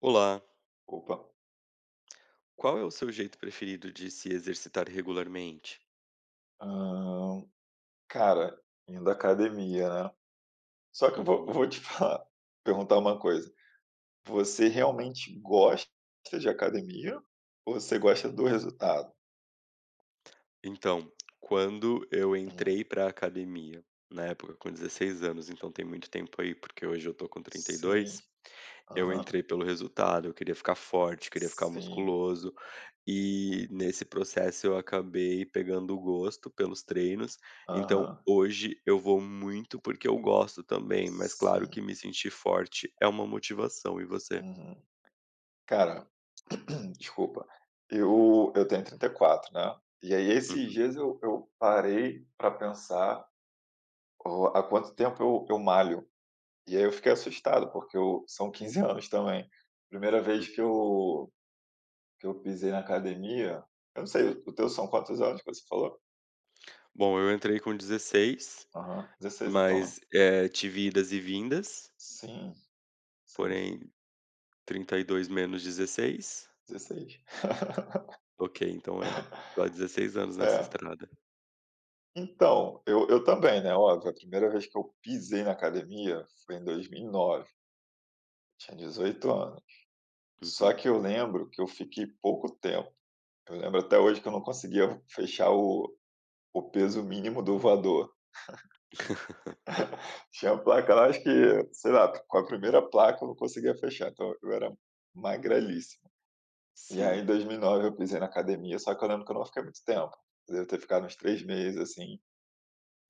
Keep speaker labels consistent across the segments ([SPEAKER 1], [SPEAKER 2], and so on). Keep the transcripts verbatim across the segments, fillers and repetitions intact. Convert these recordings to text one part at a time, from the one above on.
[SPEAKER 1] Olá,
[SPEAKER 2] Opa.
[SPEAKER 1] qual é o seu jeito preferido de se exercitar regularmente?
[SPEAKER 2] Hã, Cara, indo à academia, né. Só que eu vou
[SPEAKER 1] Uhum.
[SPEAKER 2] vou te falar perguntar uma coisa, você realmente gosta de academia ou você gosta do resultado?
[SPEAKER 1] Então, quando eu
[SPEAKER 2] Hum,
[SPEAKER 1] entrei pra academia, na época com dezesseis anos, então tem muito tempo aí, porque hoje eu tô com
[SPEAKER 2] sim,
[SPEAKER 1] trinta e dois, eu
[SPEAKER 2] aham,
[SPEAKER 1] entrei pelo resultado, eu queria ficar forte, queria ficar
[SPEAKER 2] sim,
[SPEAKER 1] musculoso, e nesse processo eu acabei pegando o gosto pelos treinos, então
[SPEAKER 2] aham,
[SPEAKER 1] hoje eu vou muito porque eu gosto também, mas claro
[SPEAKER 2] sim,
[SPEAKER 1] que me sentir forte é uma motivação, e você?
[SPEAKER 2] uhum. Cara, desculpa, eu eu tenho trinta e quatro, né, e aí esses
[SPEAKER 1] Uhum,
[SPEAKER 2] dias eu eu parei para pensar o há quanto tempo eu eu malho. E aí eu fiquei assustado, porque eu são quinze anos também. Primeira vez que
[SPEAKER 1] uhum.
[SPEAKER 2] eu que eu pisei na academia, eu não sei, o teu são quantos anos que você falou?
[SPEAKER 1] Bom, eu entrei com dezesseis,
[SPEAKER 2] Aham, dezesseis então, né?
[SPEAKER 1] mas, eh, tive idas e vindas,
[SPEAKER 2] Sim, sim,
[SPEAKER 1] porém trinta e dois menos dezesseis,
[SPEAKER 2] dezesseis.
[SPEAKER 1] ok, então é, tô há dezesseis anos nessa
[SPEAKER 2] É.
[SPEAKER 1] estrada.
[SPEAKER 2] Então, eu eu também, né, óbvio, a primeira vez que eu pisei na academia foi em dois mil e nove, tinha dezoito anos. Só
[SPEAKER 1] Uhum.
[SPEAKER 2] que eu lembro que eu fiquei pouco tempo, eu lembro até hoje que eu não conseguia fechar o o peso mínimo do voador. Tinha a placa lá, acho que, sei lá, com a primeira placa eu não conseguia fechar, então eu era magrelíssimo. E aí em
[SPEAKER 1] Sim,
[SPEAKER 2] dois mil e nove eu pisei na academia, só que eu lembro que eu não fiquei muito tempo. Eu devo ter ficado uns três meses, assim.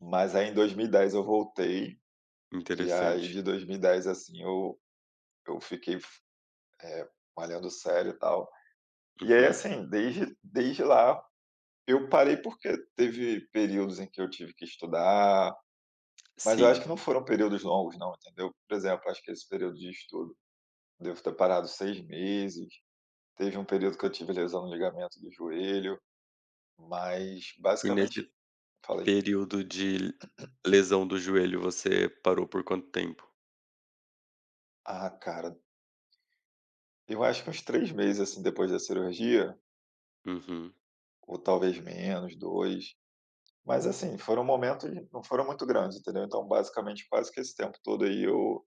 [SPEAKER 2] Mas aí em dois mil e dez eu voltei, e aí
[SPEAKER 1] interessante.
[SPEAKER 2] de dois mil e dez assim, eu eu fiquei, eh, malhando sério e tal. E aí,
[SPEAKER 1] Uhum,
[SPEAKER 2] assim, desde desde lá eu parei porque teve períodos em que eu tive que estudar, mas eu acho
[SPEAKER 1] sim.
[SPEAKER 2] que não foram períodos longos não, entendeu. Por exemplo, acho que esse período de estudo devo ter parado seis meses. Teve um período que eu tive lesão no ligamento do joelho, mas
[SPEAKER 1] E nesse
[SPEAKER 2] basicamente falei:
[SPEAKER 1] período de lesão do joelho, você parou por quanto tempo?
[SPEAKER 2] "Ah, cara", eu acho que uns três meses, assim, depois da cirurgia,
[SPEAKER 1] Uhum,
[SPEAKER 2] ou talvez menos, dois mas assim, foram momentos não foram muito grandes, entendeu. Então basicamente quase que esse tempo todo aí eu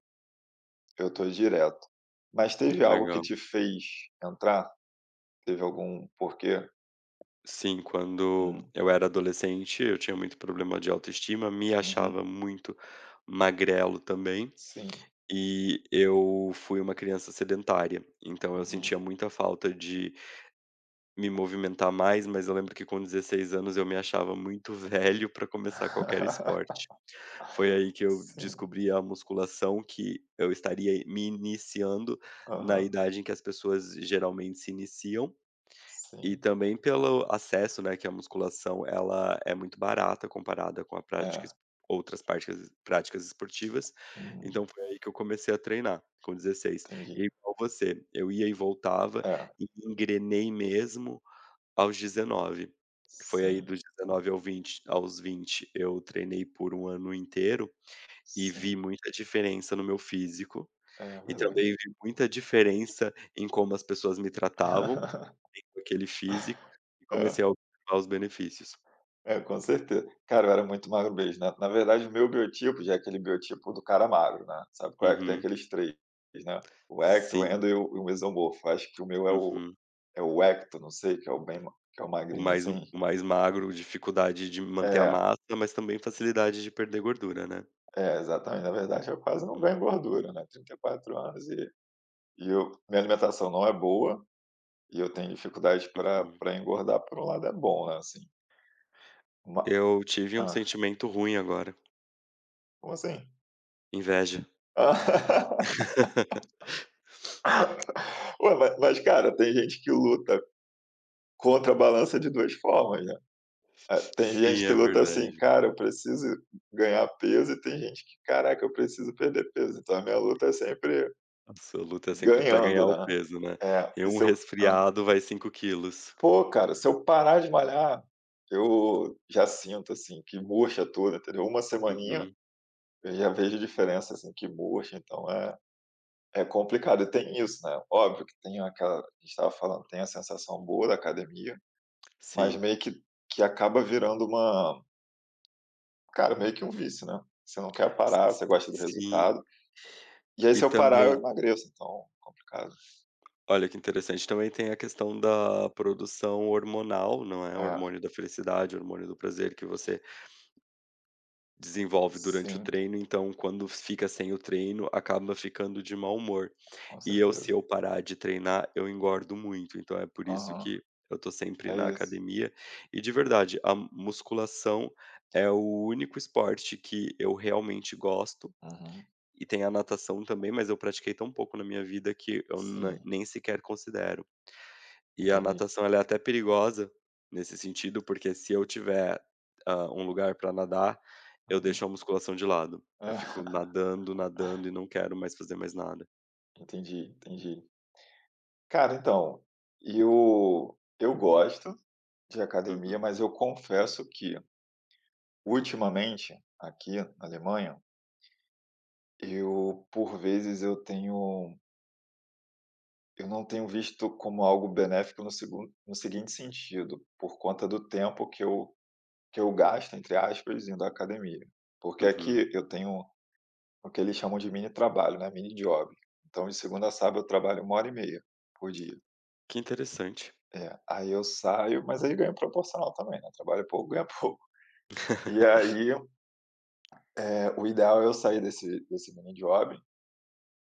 [SPEAKER 2] eu tô direto. Mas teve algo que
[SPEAKER 1] legal.
[SPEAKER 2] te fez entrar? Teve algum porquê?
[SPEAKER 1] Sim, quando
[SPEAKER 2] Hum,
[SPEAKER 1] eu era adolescente, eu tinha muito problema de autoestima, me
[SPEAKER 2] uhum,
[SPEAKER 1] achava muito magrelo também.
[SPEAKER 2] sim,
[SPEAKER 1] E eu fui uma criança sedentária, então eu sentia
[SPEAKER 2] uhum.
[SPEAKER 1] muita falta de me movimentar mais, mas eu lembro que com dezesseis anos eu me achava muito velho para começar qualquer esporte. Foi aí que eu
[SPEAKER 2] Sim,
[SPEAKER 1] descobri a musculação, que eu estaria me iniciando na
[SPEAKER 2] aham,
[SPEAKER 1] idade em que as pessoas geralmente se iniciam, e
[SPEAKER 2] sim,
[SPEAKER 1] também pelo acesso, né, que a musculação ela é muito barata comparada com a prática
[SPEAKER 2] é.
[SPEAKER 1] es outras práticas práticas esportivas,
[SPEAKER 2] Hum,
[SPEAKER 1] então foi aí que eu comecei a treinar, com dezesseis. E
[SPEAKER 2] entendi.
[SPEAKER 1] igual você, eu ia e voltava
[SPEAKER 2] É,
[SPEAKER 1] e engrenei mesmo aos dezenove. Foi aí
[SPEAKER 2] sim,
[SPEAKER 1] dos dezenove ao vinte aos vinte eu treinei por um ano inteiro e vi
[SPEAKER 2] sim,
[SPEAKER 1] muita diferença no meu físico,
[SPEAKER 2] é
[SPEAKER 1] e
[SPEAKER 2] verdade.
[SPEAKER 1] também vi muita diferença em como as pessoas me tratavam. Aquele físico, e comecei a
[SPEAKER 2] É,
[SPEAKER 1] observar os benefícios.
[SPEAKER 2] é, com certeza. Cara, eu era muito magro mesmo, né. Na verdade, o meu biotipo já é aquele biotipo do cara magro, né. Sabe qual é? Que tem
[SPEAKER 1] Uhum.
[SPEAKER 2] aqueles três, né, o ecto, o
[SPEAKER 1] Sim.
[SPEAKER 2] endo e o e o mesomorfo. Acho que o meu é o
[SPEAKER 1] Uhum.
[SPEAKER 2] é o ecto, não sei, que é o bem ma que é o
[SPEAKER 1] O
[SPEAKER 2] magrinho,
[SPEAKER 1] mais o
[SPEAKER 2] assim.
[SPEAKER 1] mais magro, dificuldade de manter a
[SPEAKER 2] É,
[SPEAKER 1] massa, mas também facilidade de perder gordura, né.
[SPEAKER 2] é, exatamente. Na verdade, eu quase não
[SPEAKER 1] Uhum,
[SPEAKER 2] ganho gordura, né, trinta e quatro anos, e e eu minha alimentação não é boa. E eu tenho dificuldade para
[SPEAKER 1] uhum.
[SPEAKER 2] para engordar, por um lado é bom, né, assim, ma
[SPEAKER 1] Eu tive um
[SPEAKER 2] hã,
[SPEAKER 1] sentimento ruim agora,
[SPEAKER 2] como assim?
[SPEAKER 1] inveja.
[SPEAKER 2] Ah. Ué, ma mas cara, tem gente que luta contra a balança de duas formas, né. Eh, tem gente
[SPEAKER 1] Sim,
[SPEAKER 2] que
[SPEAKER 1] é
[SPEAKER 2] luta assim:
[SPEAKER 1] verdade.
[SPEAKER 2] "Cara, eu preciso ganhar peso", e tem gente que: "Caraca, eu preciso perder peso", então a minha luta é sempre
[SPEAKER 1] Nossa, a luta é sempre para ganhar
[SPEAKER 2] ganhando,
[SPEAKER 1] o
[SPEAKER 2] né.
[SPEAKER 1] peso, né.
[SPEAKER 2] É,
[SPEAKER 1] E
[SPEAKER 2] e
[SPEAKER 1] um
[SPEAKER 2] se eu hã.
[SPEAKER 1] resfriado vai cinco quilos.
[SPEAKER 2] Pô, cara, se eu parar de malhar, eu já sinto, assim, que murcha tudo, entendeu. Uma semaninha,
[SPEAKER 1] Uhum.
[SPEAKER 2] eu já vejo diferença, assim, que murcha, então é é complicado. E tem isso, né, óbvio que tem aquela a gente estava falando, tem a sensação boa da academia, mas
[SPEAKER 1] Sim.
[SPEAKER 2] meio que que acaba virando uma cara, meio que um vício, né. Você não quer
[SPEAKER 1] S
[SPEAKER 2] parar, você gosta do
[SPEAKER 1] sim.
[SPEAKER 2] resultado. E aí
[SPEAKER 1] E
[SPEAKER 2] se eu parar eu
[SPEAKER 1] também
[SPEAKER 2] emagreço, então complicado.
[SPEAKER 1] Olha que interessante, também tem a questão da produção hormonal, não é? O
[SPEAKER 2] É,
[SPEAKER 1] hormônio da felicidade, o hormônio do prazer que você desenvolve durante o
[SPEAKER 2] sim,
[SPEAKER 1] treino, então quando fica sem o treino, acaba ficando de mau humor.
[SPEAKER 2] com
[SPEAKER 1] E eu Se
[SPEAKER 2] certeza.
[SPEAKER 1] eu parar de treinar, eu engordo muito, então é por isso
[SPEAKER 2] Aham,
[SPEAKER 1] que eu tô sempre
[SPEAKER 2] é
[SPEAKER 1] na
[SPEAKER 2] isso.
[SPEAKER 1] academia. E, de verdade, a musculação é o único esporte que eu realmente gosto,
[SPEAKER 2] Uhum,
[SPEAKER 1] e tem a natação também, mas eu pratiquei tão pouco na minha vida que eu na
[SPEAKER 2] sim,
[SPEAKER 1] nem sequer considero. E a
[SPEAKER 2] entendi.
[SPEAKER 1] natação ela é até perigosa nesse sentido, porque se eu tiver, hã, um lugar para nadar, eu
[SPEAKER 2] Uhum.
[SPEAKER 1] deixo a musculação de lado. Eu
[SPEAKER 2] É,
[SPEAKER 1] fico nadando, nadando e não quero mais fazer mais nada.
[SPEAKER 2] entendi, entendi. Cara, então, eu eu gosto de academia,
[SPEAKER 1] Uhum,
[SPEAKER 2] mas eu confesso que, ultimamente, aqui na Alemanha, eu, por vezes, eu tenho eu não tenho visto como algo benéfico no segun no seguinte sentido, por conta do tempo que eu que eu gasto, entre aspas, indo à academia. Porque
[SPEAKER 1] uhum.
[SPEAKER 2] aqui eu tenho o que eles chamam de mini trabalho, né, mini job. Então, de segunda a sábado eu trabalho uma hora e meia por dia.
[SPEAKER 1] Que interessante.
[SPEAKER 2] É, aí eu saio, mas aí ganho proporcional também, né, trabalho pouco, ganha pouco. E aí, o ideal é eu sair desse desse mini job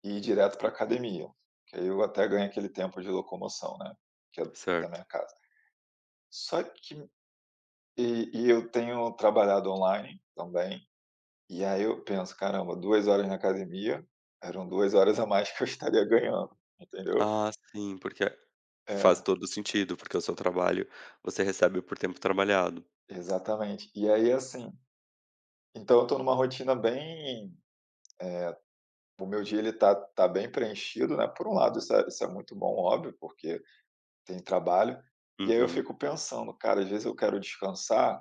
[SPEAKER 2] e ir direto para
[SPEAKER 1] Uhum,
[SPEAKER 2] academia, que aí eu até ganho aquele tempo de locomoção, né, que é da
[SPEAKER 1] certo.
[SPEAKER 2] minha casa. Só que e e eu tenho trabalhado online também, e aí eu penso: "Caramba, duas horas na academia, eram duas horas a mais que eu estaria ganhando", entendeu?
[SPEAKER 1] Ah, sim, porque faz
[SPEAKER 2] É,
[SPEAKER 1] todo sentido, porque o seu trabalho você recebe por tempo trabalhado.
[SPEAKER 2] exatamente. E aí, assim, então eu tô numa rotina bem o meu dia ele tá tá bem preenchido, né, por um lado isso é isso é muito bom, óbvio, porque tem trabalho. E aí eu
[SPEAKER 1] Uhum,
[SPEAKER 2] fico pensando, cara, às vezes eu quero descansar,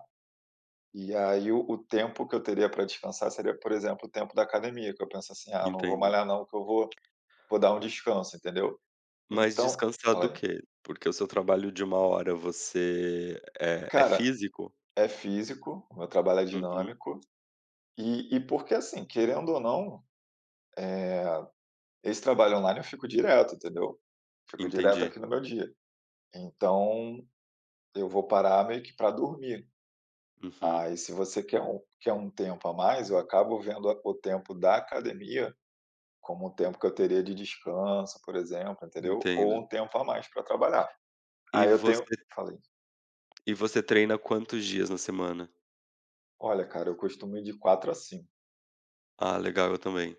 [SPEAKER 2] e aí o, o tempo que eu teria para descansar seria, por exemplo, o tempo da academia, que eu penso assim, ah, não vou
[SPEAKER 1] entendo.
[SPEAKER 2] malhar não, que eu vou, vou dar um descanso, entendeu?
[SPEAKER 1] Mas
[SPEAKER 2] Então,
[SPEAKER 1] descansar do
[SPEAKER 2] falei,
[SPEAKER 1] quê? Porque o seu trabalho de uma hora você é é
[SPEAKER 2] cara,
[SPEAKER 1] físico?
[SPEAKER 2] é físico, o meu trabalho é
[SPEAKER 1] Uhum.
[SPEAKER 2] dinâmico, e, e porque assim, querendo ou não, eh, esse trabalho online eu fico direto, entendeu? Fico direto
[SPEAKER 1] Entendi.
[SPEAKER 2] aqui no meu dia. Então, eu vou parar meio que para dormir.
[SPEAKER 1] Uhum,
[SPEAKER 2] Ah, e se você quer um quer um tempo a mais, eu acabo vendo a o tempo da academia como um tempo que eu teria de descanso, por exemplo, entendeu, ou
[SPEAKER 1] entendo.
[SPEAKER 2] um tempo a mais para trabalhar.
[SPEAKER 1] E
[SPEAKER 2] Aí eu tenho
[SPEAKER 1] você
[SPEAKER 2] falei:
[SPEAKER 1] e você treina quantos dias na semana?
[SPEAKER 2] "Olha, cara, eu costumo ir de quatro a cinco.
[SPEAKER 1] Ah, legal, eu também.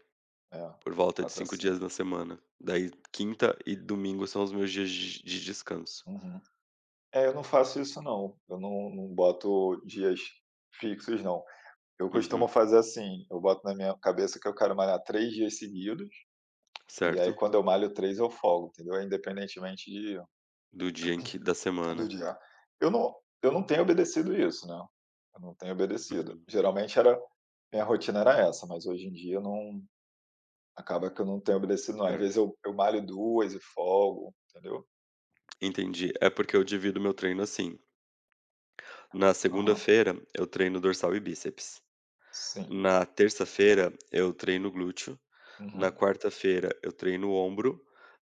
[SPEAKER 2] É,
[SPEAKER 1] Por volta de
[SPEAKER 2] quatro a
[SPEAKER 1] cinco
[SPEAKER 2] cinco.
[SPEAKER 1] dias na semana. Daí quinta e domingo são os meus dias de de descanso.
[SPEAKER 2] Uhum. É, eu não faço isso não, eu não não boto dias fixos não. Eu costumo
[SPEAKER 1] Uhum,
[SPEAKER 2] fazer assim, eu boto na minha cabeça que eu quero malhar três dias seguidos, e aí
[SPEAKER 1] certo.
[SPEAKER 2] quando eu malho três eu folgo, entendeu, independentemente de
[SPEAKER 1] Do dia em que da
[SPEAKER 2] do
[SPEAKER 1] semana.
[SPEAKER 2] dia. Eu não eu não tenho obedecido isso, né, eu não tenho obedecido.
[SPEAKER 1] Uhum,
[SPEAKER 2] Geralmente era minha rotina era essa, mas hoje em dia eu não acaba que eu não tenho obedecido não. Às vezes
[SPEAKER 1] certo.
[SPEAKER 2] eu eu malho duas e folgo, entendeu.
[SPEAKER 1] Entendi. É porque eu divido meu treino assim: na
[SPEAKER 2] Aham.
[SPEAKER 1] segunda-feira eu treino dorsal e bíceps.
[SPEAKER 2] Sim.
[SPEAKER 1] Na terça-feira eu treino glúteo. Na
[SPEAKER 2] Uhum.
[SPEAKER 1] quarta-feira eu treino ombro,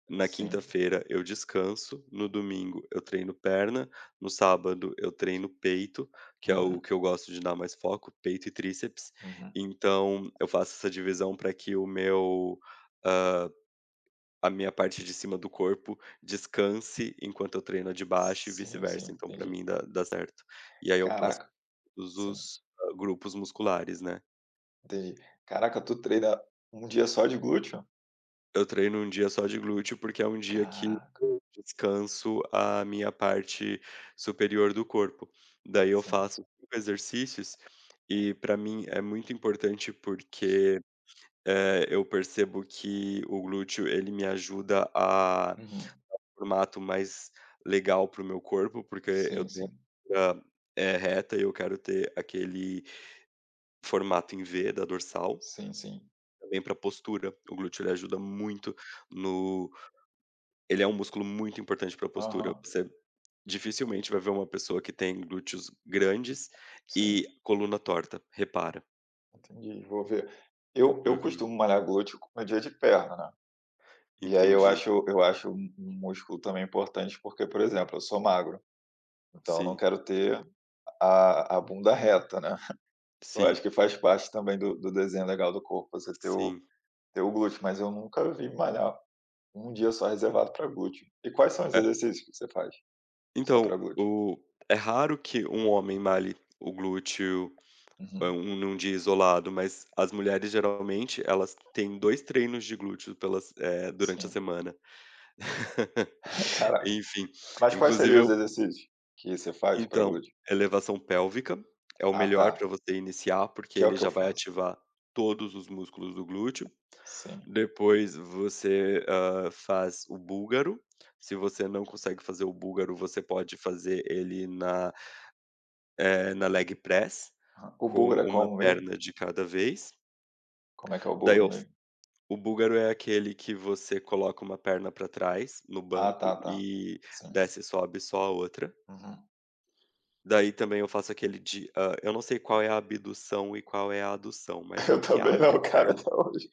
[SPEAKER 1] na
[SPEAKER 2] Sim.
[SPEAKER 1] quinta-feira eu descanso, no domingo eu treino perna, no sábado eu treino peito, que é o
[SPEAKER 2] Uhum.
[SPEAKER 1] que eu gosto de dar mais foco, peito e tríceps.
[SPEAKER 2] Uhum.
[SPEAKER 1] Então eu faço essa divisão para que o meu hã, a minha parte de cima do corpo descanse enquanto eu treino a de baixo e
[SPEAKER 2] Sim, sim,
[SPEAKER 1] vice-versa, então para
[SPEAKER 2] entendi.
[SPEAKER 1] mim dá dá certo. E aí eu passo
[SPEAKER 2] Caraca.
[SPEAKER 1] todos
[SPEAKER 2] Sim,
[SPEAKER 1] os, hã, grupos musculares, né.
[SPEAKER 2] entendi. Caraca, tu treina um dia só de glúteo?
[SPEAKER 1] Eu treino um dia só de glúteo, porque é um dia que
[SPEAKER 2] Caraca.
[SPEAKER 1] eu descanso a minha parte superior do corpo. Daí eu
[SPEAKER 2] Sim.
[SPEAKER 1] faço cinco exercícios e para mim é muito importante, porque, eh, eu percebo que o glúteo ele me ajuda a
[SPEAKER 2] Uhum.
[SPEAKER 1] formato mais legal para o meu corpo, porque eu
[SPEAKER 2] Sim,
[SPEAKER 1] tenho a
[SPEAKER 2] sim.
[SPEAKER 1] cintura, eh, reta e eu quero ter aquele formato em vê da dorsal,
[SPEAKER 2] Sim, sim.
[SPEAKER 1] também para postura. O glúteo ele ajuda muito no Ele é um músculo muito importante para a postura.
[SPEAKER 2] Aham.
[SPEAKER 1] Você dificilmente vai ver uma pessoa que tem glúteos grandes e
[SPEAKER 2] Sim.
[SPEAKER 1] coluna torta, repara.
[SPEAKER 2] Entendi, vou ver. Eu eu
[SPEAKER 1] Uhum.
[SPEAKER 2] costumo malhar glúteo co no dia de perna, né, e aí eu
[SPEAKER 1] Entendi.
[SPEAKER 2] acho eu acho um um músculo também importante, porque, por exemplo, eu sou magro, então eu não
[SPEAKER 1] Sim,
[SPEAKER 2] quero ter a a bunda reta, né. Eu acho
[SPEAKER 1] sim,
[SPEAKER 2] que faz parte também do do desenho legal do corpo, você ter o
[SPEAKER 1] sim.
[SPEAKER 2] ter o glúteo, mas eu nunca vi malhar um dia só reservado para glúteo. E quais são os
[SPEAKER 1] É,
[SPEAKER 2] exercícios que você faz só para
[SPEAKER 1] então,
[SPEAKER 2] glúteo?
[SPEAKER 1] o é raro que um homem malhe o glúteo, eh,
[SPEAKER 2] Uhum,
[SPEAKER 1] um num dia isolado, mas as mulheres geralmente elas têm dois treinos de glúteo pelas eh, durante a
[SPEAKER 2] sim.
[SPEAKER 1] semana.
[SPEAKER 2] Caraca.
[SPEAKER 1] Enfim,
[SPEAKER 2] Mas quais seriam
[SPEAKER 1] inclusive.
[SPEAKER 2] os exercícios que você faz para
[SPEAKER 1] Então,
[SPEAKER 2] glúteo?
[SPEAKER 1] elevação pélvica é o
[SPEAKER 2] Ah,
[SPEAKER 1] melhor
[SPEAKER 2] tá,
[SPEAKER 1] para você iniciar, porque
[SPEAKER 2] que é o
[SPEAKER 1] ele
[SPEAKER 2] que eu
[SPEAKER 1] já vai
[SPEAKER 2] faço.
[SPEAKER 1] ativar todos os músculos do glúteo.
[SPEAKER 2] Sim.
[SPEAKER 1] Depois você, hã, faz o búlgaro. Se você não consegue fazer o búlgaro, você pode fazer ele na, eh, na leg press,
[SPEAKER 2] Ah, o
[SPEAKER 1] com
[SPEAKER 2] búlgaro é
[SPEAKER 1] uma
[SPEAKER 2] como mesmo?
[SPEAKER 1] perna de cada vez.
[SPEAKER 2] Como é que é o
[SPEAKER 1] Daí
[SPEAKER 2] búlgaro
[SPEAKER 1] o f
[SPEAKER 2] mesmo?
[SPEAKER 1] o búlgaro é aquele que você coloca uma perna para trás no
[SPEAKER 2] Ah,
[SPEAKER 1] banco
[SPEAKER 2] tá, tá.
[SPEAKER 1] e
[SPEAKER 2] Sim.
[SPEAKER 1] desce e sobe só a outra.
[SPEAKER 2] Uhum.
[SPEAKER 1] Daí também eu faço aquele de hã, eu não sei qual é a abdução e qual é a adução, mas é
[SPEAKER 2] Eu
[SPEAKER 1] o que
[SPEAKER 2] também
[SPEAKER 1] abre
[SPEAKER 2] não,
[SPEAKER 1] a
[SPEAKER 2] cara,
[SPEAKER 1] perna,
[SPEAKER 2] até hoje.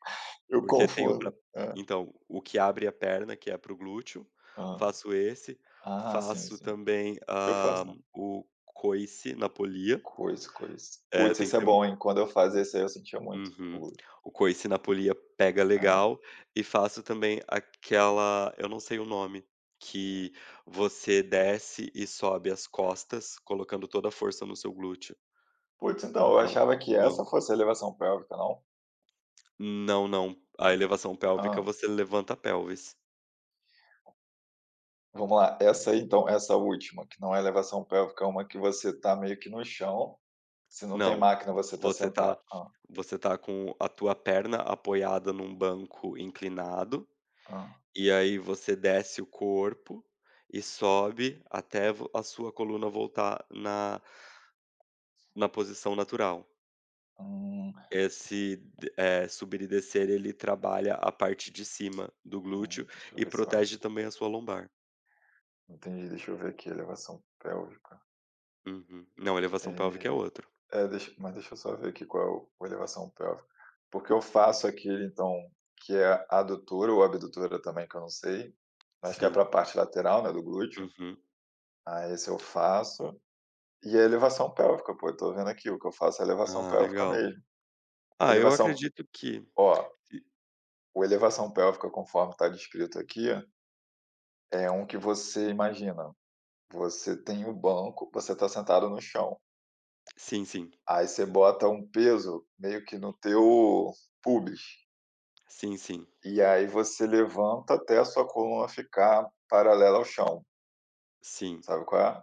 [SPEAKER 2] Eu
[SPEAKER 1] porque tem o pra
[SPEAKER 2] confundo. É.
[SPEAKER 1] então, o que abre a perna, que é pro glúteo,
[SPEAKER 2] Hã.
[SPEAKER 1] faço esse,
[SPEAKER 2] Ah, sim,
[SPEAKER 1] faço
[SPEAKER 2] sim.
[SPEAKER 1] também,
[SPEAKER 2] Eu
[SPEAKER 1] hã,
[SPEAKER 2] faço não.
[SPEAKER 1] o coice na polia,
[SPEAKER 2] Coisa, coisa.
[SPEAKER 1] eh,
[SPEAKER 2] Putz,
[SPEAKER 1] tem
[SPEAKER 2] esse
[SPEAKER 1] que
[SPEAKER 2] é
[SPEAKER 1] ter.
[SPEAKER 2] bom, hein. Quando eu fazia esse aí eu sentia muito o
[SPEAKER 1] Uhum.
[SPEAKER 2] glúteo.
[SPEAKER 1] O coice na polia pega
[SPEAKER 2] É.
[SPEAKER 1] legal e faço também aquela eu não sei o nome, que você desce e sobe as costas colocando toda a força no seu glúteo,
[SPEAKER 2] Putz, então, eu
[SPEAKER 1] que é um
[SPEAKER 2] achava que
[SPEAKER 1] um
[SPEAKER 2] essa
[SPEAKER 1] banco.
[SPEAKER 2] fosse a elevação pélvica, não?
[SPEAKER 1] Não, não. A elevação pélvica,
[SPEAKER 2] Hã.
[SPEAKER 1] você levanta a pelvis.
[SPEAKER 2] Vamos lá, essa aí então, essa última, que não é elevação pélvica, é uma que você tá meio que no chão, se não tem
[SPEAKER 1] Não,
[SPEAKER 2] máquina você tá
[SPEAKER 1] você
[SPEAKER 2] sentado.
[SPEAKER 1] tá
[SPEAKER 2] Hã,
[SPEAKER 1] você tá com a tua perna apoiada num banco inclinado,
[SPEAKER 2] hã.
[SPEAKER 1] e aí você desce o corpo e sobe até vo a sua coluna voltar na na posição natural.
[SPEAKER 2] Hum,
[SPEAKER 1] Esse d eh, subir e descer, ele trabalha a parte de cima do glúteo
[SPEAKER 2] hum, deixa eu
[SPEAKER 1] e
[SPEAKER 2] ver se eu acho.
[SPEAKER 1] protege também a sua lombar.
[SPEAKER 2] Entendi, deixa eu ver aqui, elevação pélvica.
[SPEAKER 1] Uhum. Não, elevação pélvica é
[SPEAKER 2] Eh,
[SPEAKER 1] outro.
[SPEAKER 2] É, deixa mas deixa eu só ver aqui qual é o o elevação pélvica, porque eu faço aquele então, que é adutora ou abdutora também, que eu não sei, mas que é
[SPEAKER 1] Sim.
[SPEAKER 2] para a parte lateral, né, do glúteo.
[SPEAKER 1] Uhum.
[SPEAKER 2] Ah, esse eu faço, e a elevação pélvica, pô, eu tô vendo aqui, o que eu faço é elevação
[SPEAKER 1] Ah,
[SPEAKER 2] pélvica
[SPEAKER 1] legal.
[SPEAKER 2] mesmo.
[SPEAKER 1] Ah, eu
[SPEAKER 2] Elevação
[SPEAKER 1] acredito que
[SPEAKER 2] Ó, o elevação pélvica conforme tá descrito aqui, é um que você imagina, você tem o banco, você tá sentado no chão.
[SPEAKER 1] sim, sim.
[SPEAKER 2] Aí você bota um peso meio que no teu pubis,
[SPEAKER 1] Sim, sim.
[SPEAKER 2] e aí você levanta até a sua coluna ficar paralela ao chão,
[SPEAKER 1] Sim.
[SPEAKER 2] sabe qual é?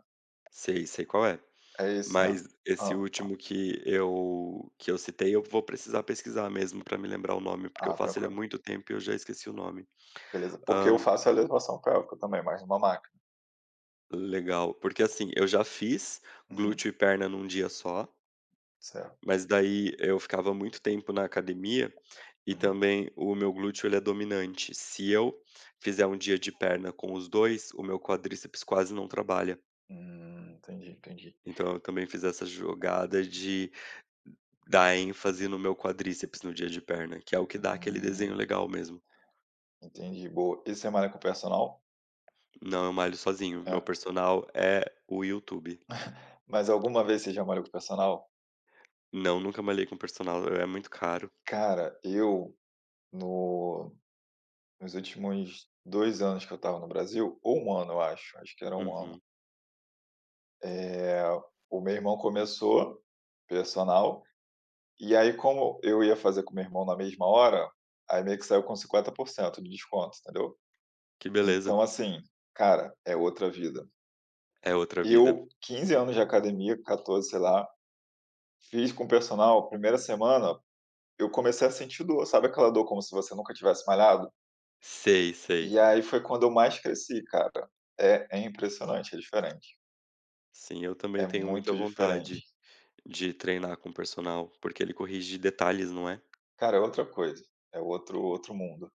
[SPEAKER 1] Sei, sei qual é.
[SPEAKER 2] É esse, né?
[SPEAKER 1] Mas esse
[SPEAKER 2] Hã.
[SPEAKER 1] último que eu que eu citei, eu vou precisar pesquisar mesmo para me lembrar o nome, porque eu
[SPEAKER 2] Ah,
[SPEAKER 1] faço ele há
[SPEAKER 2] tranquilo,
[SPEAKER 1] muito tempo e eu já esqueci o nome.
[SPEAKER 2] beleza. Porque eu
[SPEAKER 1] Hã,
[SPEAKER 2] faço a elevação pélvica também, mas numa máquina.
[SPEAKER 1] legal. Porque, assim, eu já fiz
[SPEAKER 2] Uhum,
[SPEAKER 1] glúteo e perna num dia só,
[SPEAKER 2] certo.
[SPEAKER 1] mas daí eu ficava muito tempo na academia e
[SPEAKER 2] Uhum.
[SPEAKER 1] também o meu glúteo, ele é dominante. Se eu fizer um dia de perna com os dois, o meu quadríceps quase não trabalha.
[SPEAKER 2] Hum, entendi, entendi.
[SPEAKER 1] Então eu também fiz essa jogada de dar ênfase no meu quadríceps no dia de perna, que é o que dá aquele desenho
[SPEAKER 2] Hum,
[SPEAKER 1] legal mesmo.
[SPEAKER 2] entendi, boa. E você malha com o personal?
[SPEAKER 1] Não, eu malho sozinho. Meu
[SPEAKER 2] É.
[SPEAKER 1] personal é o YouTube.
[SPEAKER 2] Mas alguma vez você já malhou com o personal?
[SPEAKER 1] Não, nunca malhei com personal, é muito caro.
[SPEAKER 2] Cara, eu no nos últimos dois anos que eu estava no Brasil, ou um ano eu acho, acho que era um ano,
[SPEAKER 1] Uhum.
[SPEAKER 2] eh, o meu irmão começou personal, e aí como eu ia fazer com meu irmão na mesma hora, aí meio que saiu com cinquenta por cento de desconto, entendeu.
[SPEAKER 1] Que beleza.
[SPEAKER 2] Então assim, cara, é outra vida.
[SPEAKER 1] É outra vida.
[SPEAKER 2] Eu, quinze anos de academia, quatorze, sei lá, fiz com personal, primeira semana eu comecei a sentir dor, sabe aquela dor como se você nunca tivesse malhado?
[SPEAKER 1] Sei, sei.
[SPEAKER 2] E aí foi quando eu mais cresci, cara. É é impressionante, é diferente.
[SPEAKER 1] Sim, eu
[SPEAKER 2] É
[SPEAKER 1] também tenho
[SPEAKER 2] muito
[SPEAKER 1] muita
[SPEAKER 2] diferente.
[SPEAKER 1] vontade de treinar com personal, porque ele corrige detalhes, não é?
[SPEAKER 2] Cara, é outra coisa, é outro outro mundo.